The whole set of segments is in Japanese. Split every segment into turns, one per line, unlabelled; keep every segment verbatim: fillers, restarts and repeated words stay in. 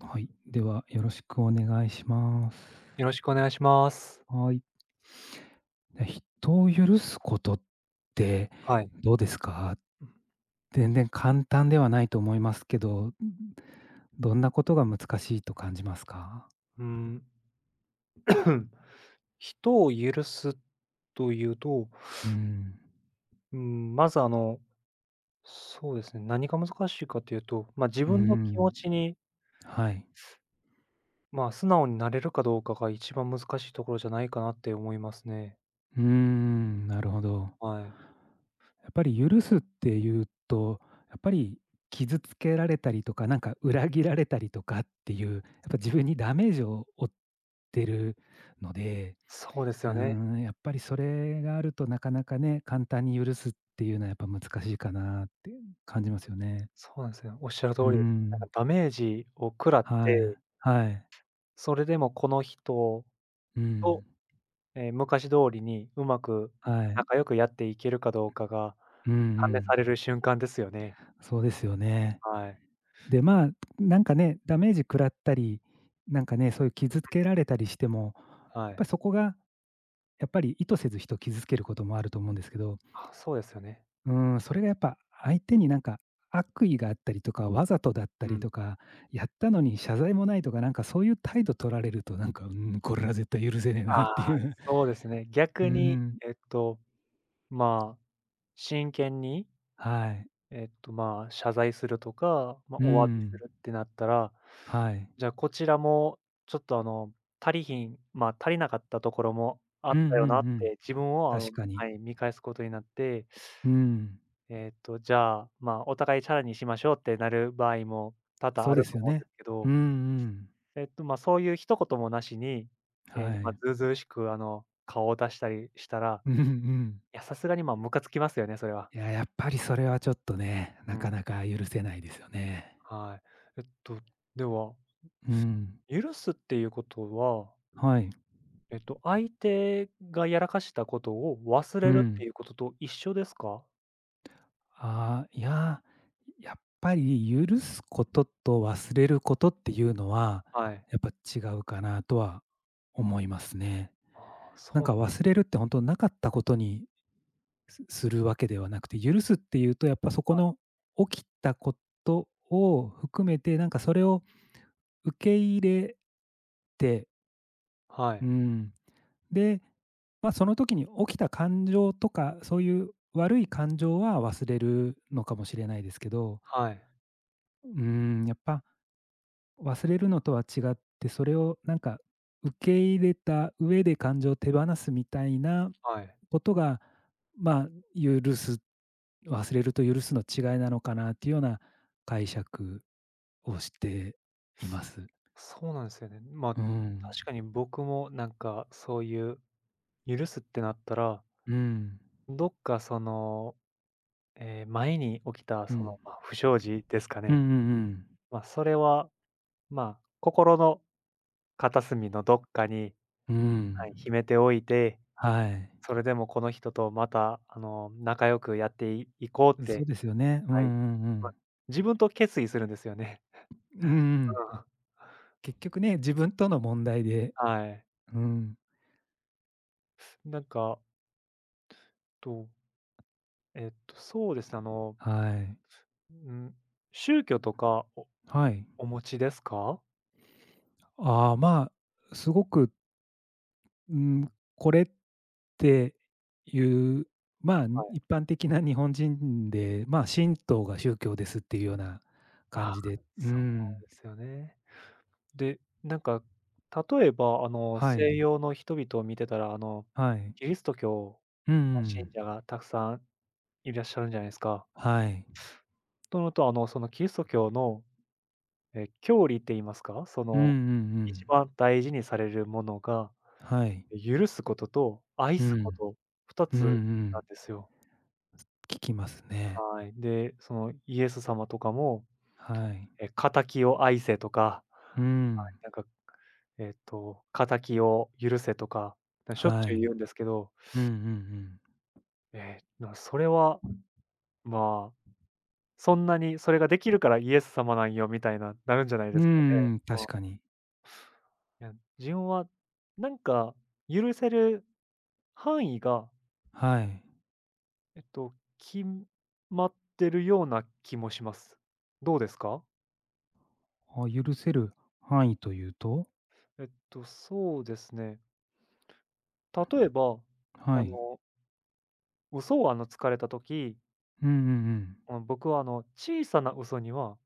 はい。では、よろしくお願いします。
よろしくお願いします。
はい。人を許すことって
はい。
どうですか？全然簡単ではないと思いますけど、どんなことが難しいと感じますか？
うん、人を許すというと、
うん。
うん、まずあの、そうですね、何が難しいかというと、まあ、自
う
分の気持
ん。
ちに、
はい。
まあ、素直になれるかどうかが一番難しいところじゃないかなって思いますね。
うーん、なるほど。
はい。
やっぱり許すっていうと、やっぱり傷つけられたりとか、なんか裏切られたりとかっていう、やっぱ自分にダメージを負ってるので、
そうです
うー
よね。
ん、やっぱりそれがあるとなかなかね、簡単に許すっていうのはやっぱ難しいかなって感じますよね。
そうなんですよ。おっしゃる通
うー
りです。なんか
ん、
ダメージを食らっ
はい、
て、
はい、
それでもこの人
う
と
ん、
ええ、昔通りにうまく
はい、
仲良くやっていけるかどうかが
うんう
試さ
ん。
れる瞬間ですよね。
そうですよね。
はい、
で、まあ、なんかね、ダメージ食らったり、なんかね、そういう傷つけられたりしても、や
は
っぱ
い。
りそこが、やっぱり意図せず人を傷つけることもあると思うんですけど、
あ、そうですよね。
うん、それがやっぱ相手になんか悪意があったりとか、わざとだった
う
り
ん。
とか、やったのに謝罪もないとか、なんかそういう態度取られると、なんか、うん、これは絶対許せねえ
あ
なって
あ、
いう。
そうですね。
う
逆に、
ん、
えっと、まあ、真剣に、
はい。
えっと、まあ、謝罪するとか、まあ、
う
お詫びす
ん、
るってなったら、
はい。
じゃあ、こちらもちょっと、あの、足りひんまあ、足りなかったところもあ
うんう
っ
んう
たよなっ
ん。
て、自分を、あの
確かに。
はい、見返すことになって、
うん、
えっと、じゃあ、まあ、お互いチャラにしましょうってなる場合も多々
そ
あ
うで
ると
すよ
思うんで
ね。
すけ
うん
ど、
うん。
えっと、まあ、そういう一言もなしに、えー
は
まあ、
い。
ずうずうしく、あの、顔を出したりしたら、
うんうん。
いや、さすがに、まあ、ムカつきますよね、それは。
いや、やっぱりそれはちょっとね、
う
な
ん、
かなか許せないですよね。
はい。えっと、では、
うん。
許すっていうことは、
はい。
えっと、相手がやらかしたことを忘
う
れるって
ん。
いうことと一緒ですか？
ああ、いやー、やっぱり許すことと忘れることっていうのは、
はい。
やっぱ違うかなとは思いますね。
ああ、そ
な
う
ん
なん
か忘れるって本当なかったことにすするわけではなくて、許すっていうとやっぱそこの起きたことを含めて、なんかそれを受け入れて、
はい。
うん、で、まあ、その時に起きた感情とか、そういう悪い感情は忘れるのかもしれないですけど、
はい。
うん、やっぱ忘れるのとは違って、それをなんか受け入れた上で感情を手放すみたいな
はい。
ことが、まあ、許す、忘れると許すの違いなのかなっていうような解釈をしています。
そうなんですよね。まあ、
うん。
確かに僕もなんかそういう許すってなったら、
うん。
どっかその、えー前に起きた
う
その、
ん。
まあ、不祥事ですか
うんう
ね。
んうん。
まあ、それは、まあ、心の片隅のどっかに、
う
は
ん。
い、秘めておいて、
はい。
それでもこの人とまた、あの、仲良くやっていいこうっ
うん、そう
て、
ですよね。うんうん
は
う
い、
んうん、
ま
はい、そうですよ
あ、
ね。
自分と決意するんですよね。
うんうん。
うん、
結局ね、自分との問題で。
はい。
うん。
なんか、と、えっと、そうですね、あの
はい。
うん、宗教とかお
はい。
お持ちですか？
ああ、まあ、すごく、うん、これっていう、まあ、
はい。
一般的な日本人で、まあ、神道が宗教ですっていうような感
あ
じで、う
そう
ん、
ですよね。で、なんか、例えば、あの、
はい、
西洋の人々を見てたら、あの、
はい。
キリスト教
うんう
の信
ん、
者がたくさんいらっしゃるんじゃないですか。
はい。
とのと、あの、そのキリスト教の、え、教理って言いますか、そ
うんうん
の、
う
一
ん。
番大事にされるものが、
はい。
許すことと愛
う
すこ
ん。
と、二
うんう
つなん
ん。
ですよ。
聞きますね。
はい。で、そのイエス様とかも
はい。
え、「敵を愛せ」とか、
う
はい、
ん。
なんか、えっと、「敵を許せ」とか、な、しょっ
は
ちゅう言
い。
うんですけど、
うんうんうん。
えーな、それは、まあ、そんなにそれができるからイエス様なんよみたいな、なるんじゃないで
うん
すかね。
うん、
う
確
ん。
かに。
いや、自分はなんか許せる範囲が、
はい。
えっと、決まってるような気もします。どうですか？
あ、許せる範囲というと？
えっと、そうですね。例えば、
は
あ
い。
の、嘘をあの、つかれた時
うんうんうん。
うん、僕はあの、小さな嘘には、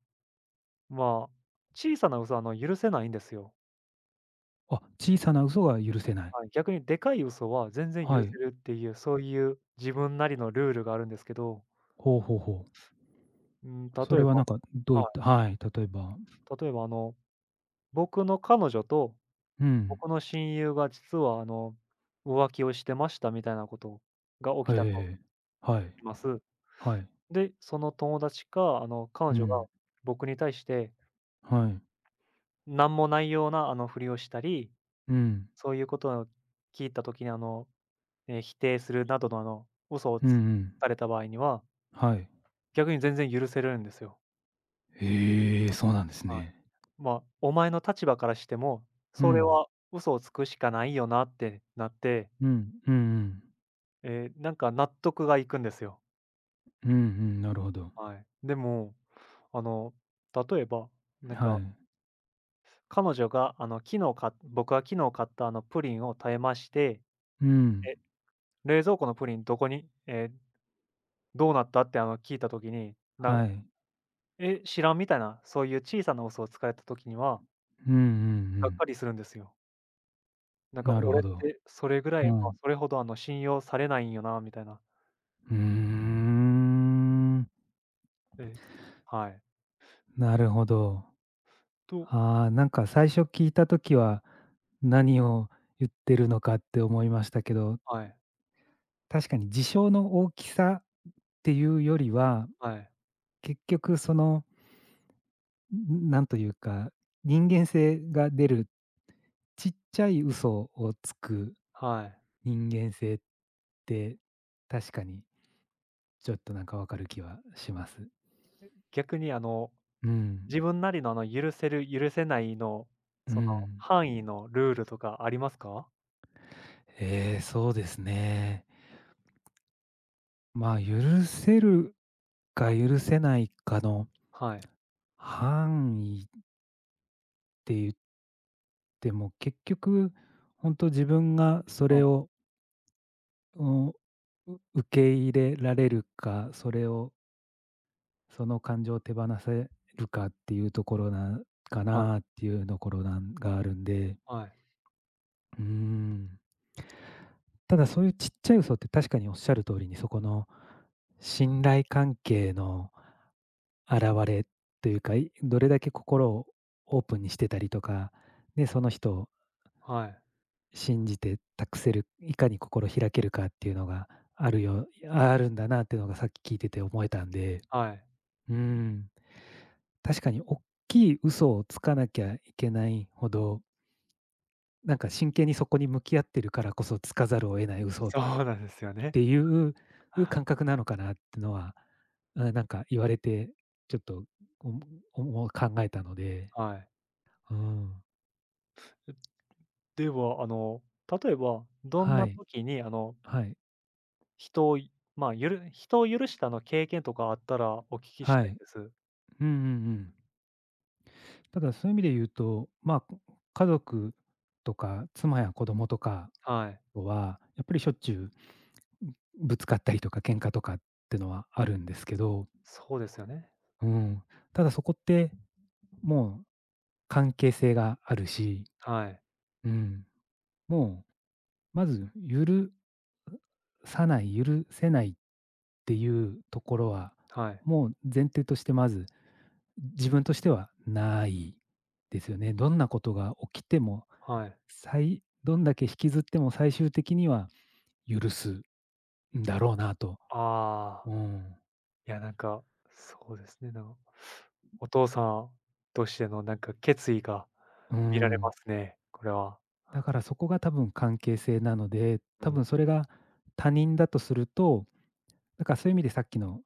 まあ、小さな嘘はあの、許せないんですよ。
あ、小さな嘘が許せない。
はい、逆にでかい嘘は全然許
は
せ
い。
るっていう、そういう自分なりのルールがあるんですけど、
ほうほうほう。
うん、例
そ
え
れは
ば
なんかどういっ
は
た、はい、例えば。
い、例えばあの、僕の彼女と
うん。
僕の親友が実はあの、浮気をしてましたみたいなことが起き
はい
た
はい
と
はい。はい。
します。
はい。
で、その友達か、あの、彼
う
女が
ん。
僕に対して、
はい。
なんもないようなあのふりをしたり、
うん。
そういうことを聞いた時にあのえ、否定するなどのあの嘘を
うんう
つ
ん。
かれた場合には、
はい。
逆に全然許せるんですよ。
ええ、そうなんです
はい。
ね。
まあ、お前の立場からしても、
う
それ
ん。
は嘘をつくしかないよなってなって、
うん。うんうん。
えーなんか納得がいくんですよ。
うんうん、なるほど。
はい。でも、あの、例えば、なん
は
か
い。
彼女があの、昨日か僕が昨日買ったあのプリンを食べまして、
うん。
え、冷蔵庫のプリンどこに、えーどうなったってあの聞いた時に、な
はい。
「え、知らん」みたいな、そういう小さな嘘をつかれた時には
うんう
が
ん
っかりするんですよ。なん
うん。
か
なる
俺っ
ほど。
てそれぐらい、ま
う
あ、
ん。
それほどあの信用されないんよなみたいな。
うーん。
え、はい。
なるほど。
と
ああ、なんか最初聞いた時は、何を言ってるのかって思いましたけど、
はい、
確かに事象の大きさっていうよりは、
はい、
結局その、んなんというか、人間性が出る、ちっちゃい嘘をつく
はい。
人間性って、確かにちょっとなんかわかる気はします。
逆にあの、
うん、
自分なりのあの許せる、許せないの、
う
その
ん。
範囲のルールとかありますか？
ええ、そうですね。まあ、許せるか許せないかの
はい。
範囲って言っても、結局本当自分がそ
は
れ
い
を、うんう受け入れられるか、それをその感情を手放せるかっていうところなか
はい
なっていうところなんがあるんで、
はい
うーん。ただそういうちっちゃい嘘って確かにおっしゃる通りに、そこの信頼関係の現れというか、いどれだけ心をオープンにしてたりとか、でその人
はい
信じて託せる、いかに心開けるかっていうのがあるよあるんだなっていうのがさっき聞いてて思えたんで、
はい。
うん、確かに大きい嘘をつかなきゃいけないほど、なんか真剣にそこに向き合ってるからこそつかざるを得ない嘘っ
そうなんですよね。
ていう感覚なのかなってのは、うん、なんか言われてちょっと、おもお考えたので、
はい。
うん、
では、あの、例えばどん
は
な
い、
時にあの
はい、
人を、まあ、ゆる人を許したの経験とかあったらお聞きし
は
たい
い。
です。
うんうんうん。ただ、そういう意味で言うと、まあ、家族とか妻や子供とか
はい。
とは、やっぱりしょっちゅうぶつかったりとか喧嘩とかってのはあるんですけど、
そうですよね。
うん。ただそこって、もう関係性があるし、
はい。
うん。もう、まず許さない、許せないっていうところは、
はい。
もう前提としてまず、自分としてはないですよね。どんなことが起きても
はい。
さいどんだけ引きずっても最終的には許すんだろうなと。
ああ、
うん。
いや、なんか、そうですね、なんかお父さんとしてのなんか決意が
う
見られま
ん。
すね、これは。
だからそこが多分関係性なので、
う
多
ん。
分それが他人だとすると、だからそういう意味でさっきの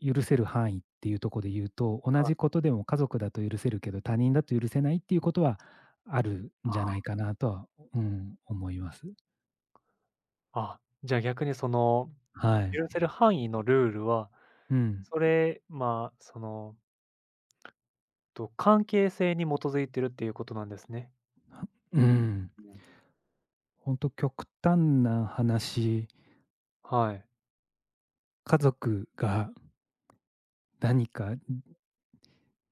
許せる範囲っていうところで言うと、同
はい。
じことでも家族だと許せるけど、他人だと許せないっていうことはあるんじゃないかなとは、うん、思います。
ああ、じゃあ逆にその、
はい。
許せる範囲のルールは、
うん。
それ、まあ、その、と、関係性に基づいてるっていうことなんですね。
うん。
うん。
本当極端な話、
はい。
家族が何か、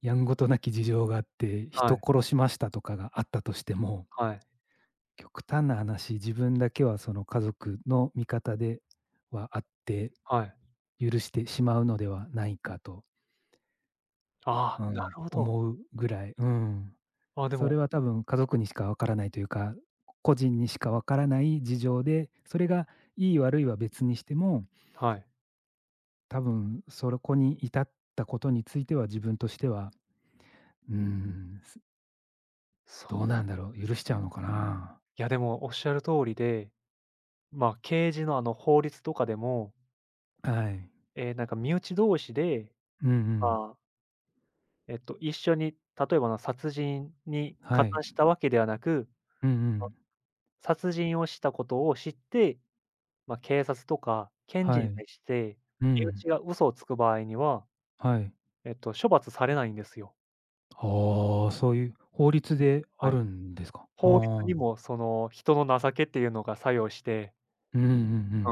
やんごとなき事情があって、
は
人
い。
殺しましたとかがあったとしても、
はい。
極端な話、自分だけはその家族の味方ではあって、
はい。
許してしまうのではないかと、
あ
う
あ、な
ん、
るほど。
思うぐらい、うん。
あ、で
それ
も
は多分家族にしかわからないというか、個人にしかわからない事情で、それがいい悪いは別にしても、
はい。
多分そこに至ったことについては自分としては、うーん、ど
そ
うなん
う。
だろう、許しちゃうのかな。
いや、でもおっしゃる通りで、まあ、刑事のあの法律とかでも、
はい。
えーなんか身内同士で、
うんうん。
まあ、えっと、一緒に例えばの殺人に加
はい。
担したわけではなく、
うんう
ま
ん。
殺人をしたことを知って、まあ、警察とか検事
は
に
い。
対して、
う
身
ん。
内が嘘をつく場合には、
はい。
えっと、処罰されないんですよ。
ああ、そういう法律であ
はい。
るんですか。
法律
は
に
あ。
もその人の情けっていうのが作用して
うんうんう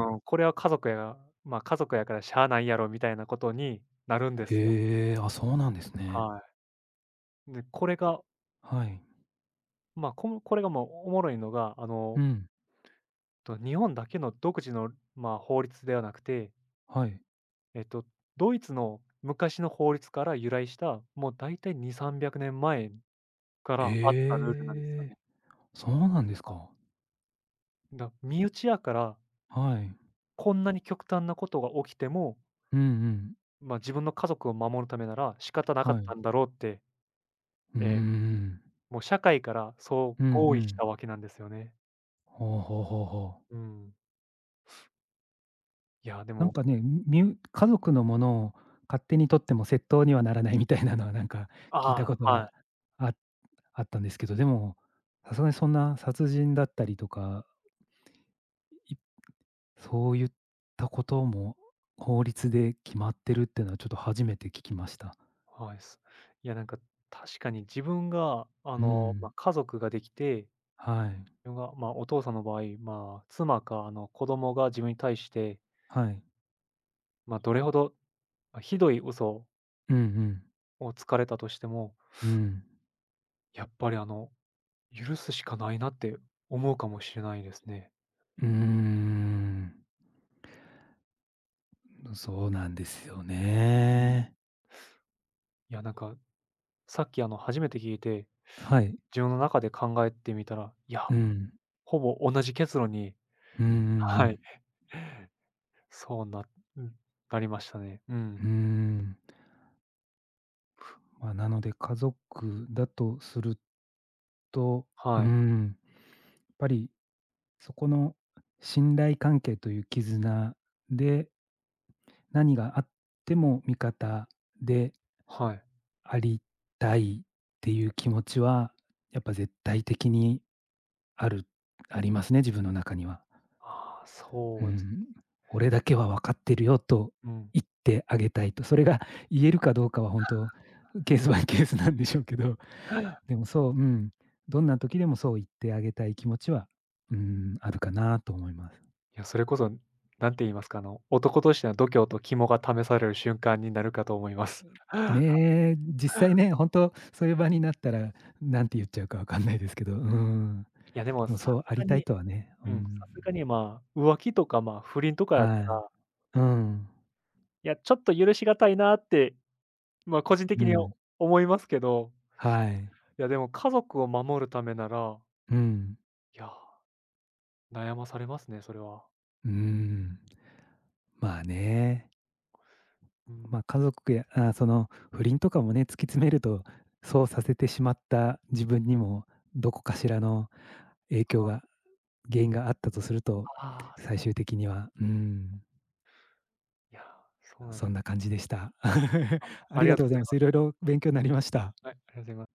ん。
ん、これは家族やまあ、家族やからしゃあないやろみたいなことになるんですよ。
へえ、あ、そうなんですね。
はい。で、これが、
はい。
まあ、このこれがもうおもろいのが、あ
う
の、
ん。
と日本だけの独自の、まあ、法律ではなくて、
はい。
えっと、ドイツの昔の法律から由来した、もうだいたいに、さんびゃくねんまえからあったルールなんですよ
ええ、
ね。
そうなんですか。
はい。だ身内やから、
はい。
こんなに極端なことが起きても、
うんうん。
まあ、自分の家族を守るためなら仕方なかっ
は
た
い。
んだろうって、
うー
ええ
ん。
もう社会からそ
うん
う
う
合意し
ん。
たわけなんですよね。
ほうほうほうほう。
うん。いや、で
なん
も
かね、み家族のものを勝手に取っても窃盗にはならないみたいなのは、なんか聞いた
あ
こと
あ、は
は、
い。
ああったんですけど、でも、さすがにそんな殺人だったりとか、いそういったことも法律で決まってるっていうのはちょっと初めて聞きました。
はい、す。いや、なんか確かに自分が、あ
う
の、ま、
ん、
家族ができて、
はい、
自分が、ま、お父さんの場合、まあ、妻か、あの、子供が自分に対して、
はい。
ま、どれほど、ま、ひどい嘘
うんうん。
をつかれたとしても、
うん。
やっぱり、あの、許すしかないなって思うかもしれないですね。
うーん。そうなんですよ
うん。
ね。
いや、なんか、さっき、あの、初めて聞いて、
はい。
自分の中で考えてみたら、いや、
うん。
ほぼ同じ結論に
うんうんう
は
ん。
い。そうなうん、なりましたね。う
う
ん。
ーん。まあ、なので家族だとすると、う
はい。
ん、やっぱりそこの信頼関係という絆で、何があっても味方で
はい。
ありたいっていう気持ちは、やっぱ絶対的にあるありますね、自分の中には。
ああ、
う
そうです。
ん、俺だけは分かってるよと
うん。
言ってあげたいと、それが言えるかどうかは本当、ケースバイケースなんでしょうけど。でもそう、うん。どんな時でもそう言ってあげたい気持ちは、うん、あるかなと思います。
いや、それこそ、何て言いますか、あの、男としての度胸と肝が試される瞬間になるかと思います。
ねえ、実際ね、本当そういう場になったら、なんて言っちゃうかわかんないですけど、うん。
いや、でも
で
さ
もそうあ
すが
りたい
に
とはね、う
うん、さ
ん。
すがに、まあ、浮気とか、まあ、不倫とかだった
はい。
ら、
うん。
いや、ちょっと許しがたいなって、まあ、個人
う
的に
ん。
思いますけど、
はい。
いや、でも家族を守るためなら、
うん。
いや、悩まされますね、それは。
うん。まあね。
うん。
ま、家族や、あ、その不倫とかもね、突き詰めると、そうさせてしまった自分にも、どこかしらの影響が原因があったとすると、
ああ、そ
最
う
終的には、うん、
いや、そうなんで
そ
す。
んな感じでした。
はい。あ、
あ
あ
り
り
が
が
と
と
うご
う
ざ
ご
い
ざい
ま
ま
す。いろ
す。
いろ勉強になりました。
はい、ありがとうございます。